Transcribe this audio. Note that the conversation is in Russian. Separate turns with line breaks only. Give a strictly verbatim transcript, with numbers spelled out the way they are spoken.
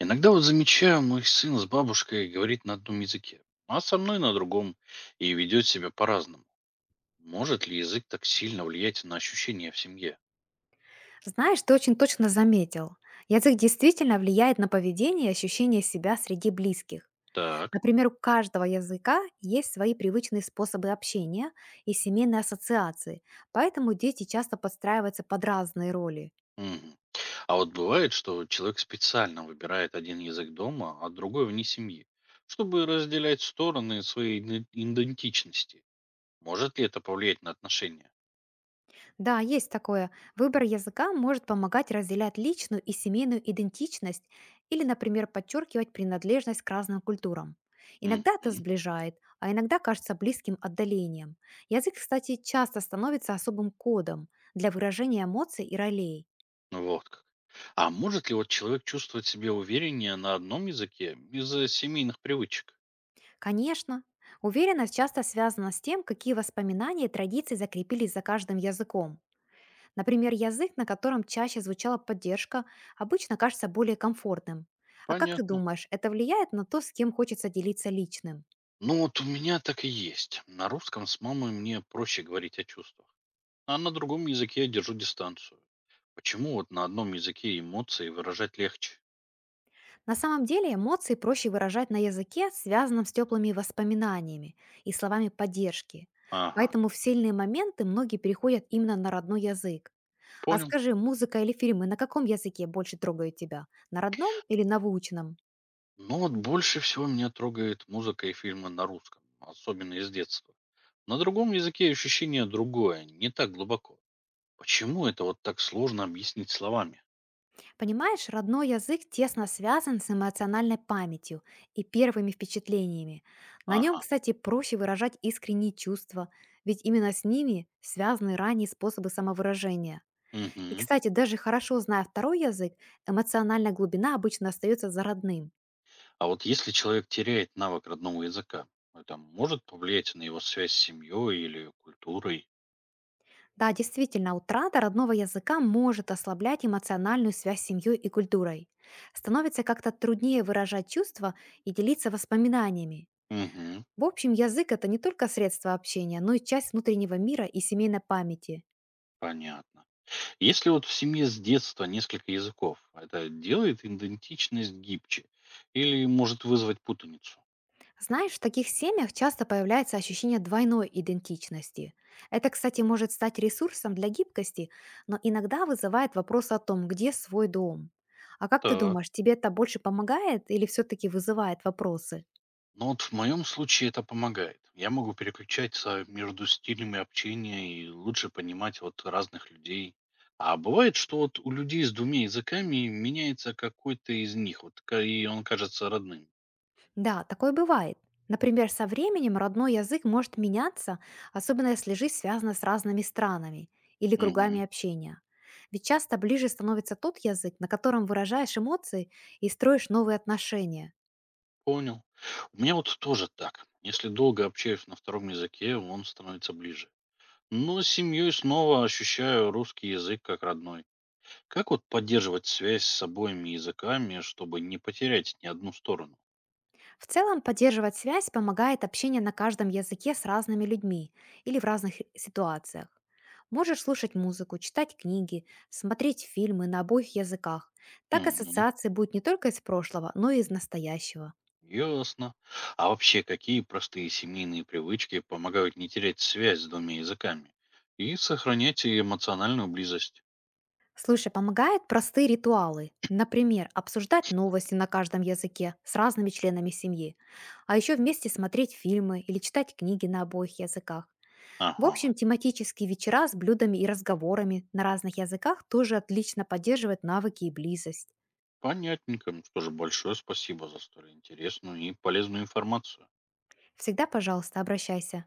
Иногда вот замечаю, мой сын с бабушкой говорит на одном языке, а со мной на другом, и ведет себя по-разному. Может ли язык так сильно влиять на ощущения в семье?
Знаешь, ты очень точно заметил. Язык действительно влияет на поведение и ощущение себя среди близких.
Так.
Например, у каждого языка есть свои привычные способы общения и семейные ассоциации, поэтому дети часто подстраиваются под разные роли.
Мгм. А вот бывает, что человек специально выбирает один язык дома, а другой вне семьи, чтобы разделять стороны своей иден- идентичности. Может ли это повлиять на отношения?
Да, есть такое. Выбор языка может помогать разделять личную и семейную идентичность или, например, подчеркивать принадлежность к разным культурам.
Мгм.
Иногда это сближает, а иногда кажется близким отдалением. Язык, кстати, часто становится особым кодом для выражения эмоций и ролей.
Вот как. А может ли вот человек чувствовать себя увереннее на одном языке из-за семейных привычек?
Конечно, уверенность часто связана с тем, какие воспоминания и традиции закрепились за каждым языком. Например, язык, на котором чаще звучала поддержка, обычно кажется более комфортным. А как ты
Понятно.
думаешь, это влияет на то, с кем хочется делиться личным?
Ну вот у меня так и есть. На русском с мамой мне проще говорить о чувствах, а на другом языке я держу дистанцию. Почему вот на одном языке эмоции выражать легче?
На самом деле эмоции проще выражать на языке, связанном с теплыми воспоминаниями и словами поддержки.
Ага,
Поэтому в сильные моменты многие переходят именно на родной язык. А
понял.
скажи, музыка или фильмы на каком языке больше трогают тебя? На родном или на выученном?
Но вот больше всего меня трогает музыка и фильмы на русском, особенно из детства. На другом языке ощущение другое, не так глубоко. Почему это вот так сложно объяснить словами?
Понимаешь, родной язык тесно связан с эмоциональной памятью и первыми впечатлениями. На нем,
Ага,
кстати, проще выражать искренние чувства, ведь именно с ними связаны ранние способы самовыражения. И,
угу.
кстати, даже хорошо зная второй язык, эмоциональная глубина обычно остается за родным.
А вот если человек теряет навык родного языка, это может повлиять на его связь с семьей или культурой?
Да, действительно, утрата родного языка может ослаблять эмоциональную связь с семьей и культурой. Становится как-то труднее выражать чувства и делиться воспоминаниями.
Угу,
В общем, язык— это не только средство общения, но и часть внутреннего мира и семейной памяти.
понятно. Если вот в семье с детства несколько языков, это делает идентичность гибче или может вызвать путаницу?
Знаешь, в таких семьях часто появляется ощущение двойной идентичности. Это, кстати, может стать ресурсом для гибкости, но иногда вызывает вопрос о том, где свой дом. А как ты
Так.
думаешь, тебе это больше помогает или все-таки вызывает вопросы?
Но вот в моем случае это помогает. Я могу переключаться между стилями общения и лучше понимать вот разных людей. А бывает, что вот у людей с двумя языками меняется какой-то из них, вот ка- и он кажется родным.
Да, такое бывает. Например, со временем родной язык может меняться, особенно если жизнь связана с разными странами или кругами
Мгм.
общения. Ведь часто ближе становится тот язык, на котором выражаешь эмоции и строишь новые отношения.
Понял. У меня вот тоже так. Если долго общаюсь на втором языке, он становится ближе. Но с семьей снова ощущаю русский язык как родной. Как вот поддерживать связь с обоими языками, чтобы не потерять ни одну сторону?
В целом, поддерживать связь помогает общение на каждом языке с разными людьми или в разных ситуациях. Можешь слушать музыку, читать книги, смотреть фильмы на обоих языках. Так
Мгм.
ассоциации будут не только из прошлого, но и из настоящего.
Ясно. А вообще, какие простые семейные привычки помогают не терять связь с двумя языками и сохранять и эмоциональную близость?
Слушай, помогают простые ритуалы. Например, обсуждать новости на каждом языке с разными членами семьи. А еще вместе смотреть фильмы или читать книги на обоих языках. В
Ага.
общем, тематические вечера с блюдами и разговорами на разных языках тоже отлично поддерживают навыки и близость.
Понятненько. Ну что же, большое спасибо за столь интересную и полезную информацию.
Всегда, пожалуйста, обращайся.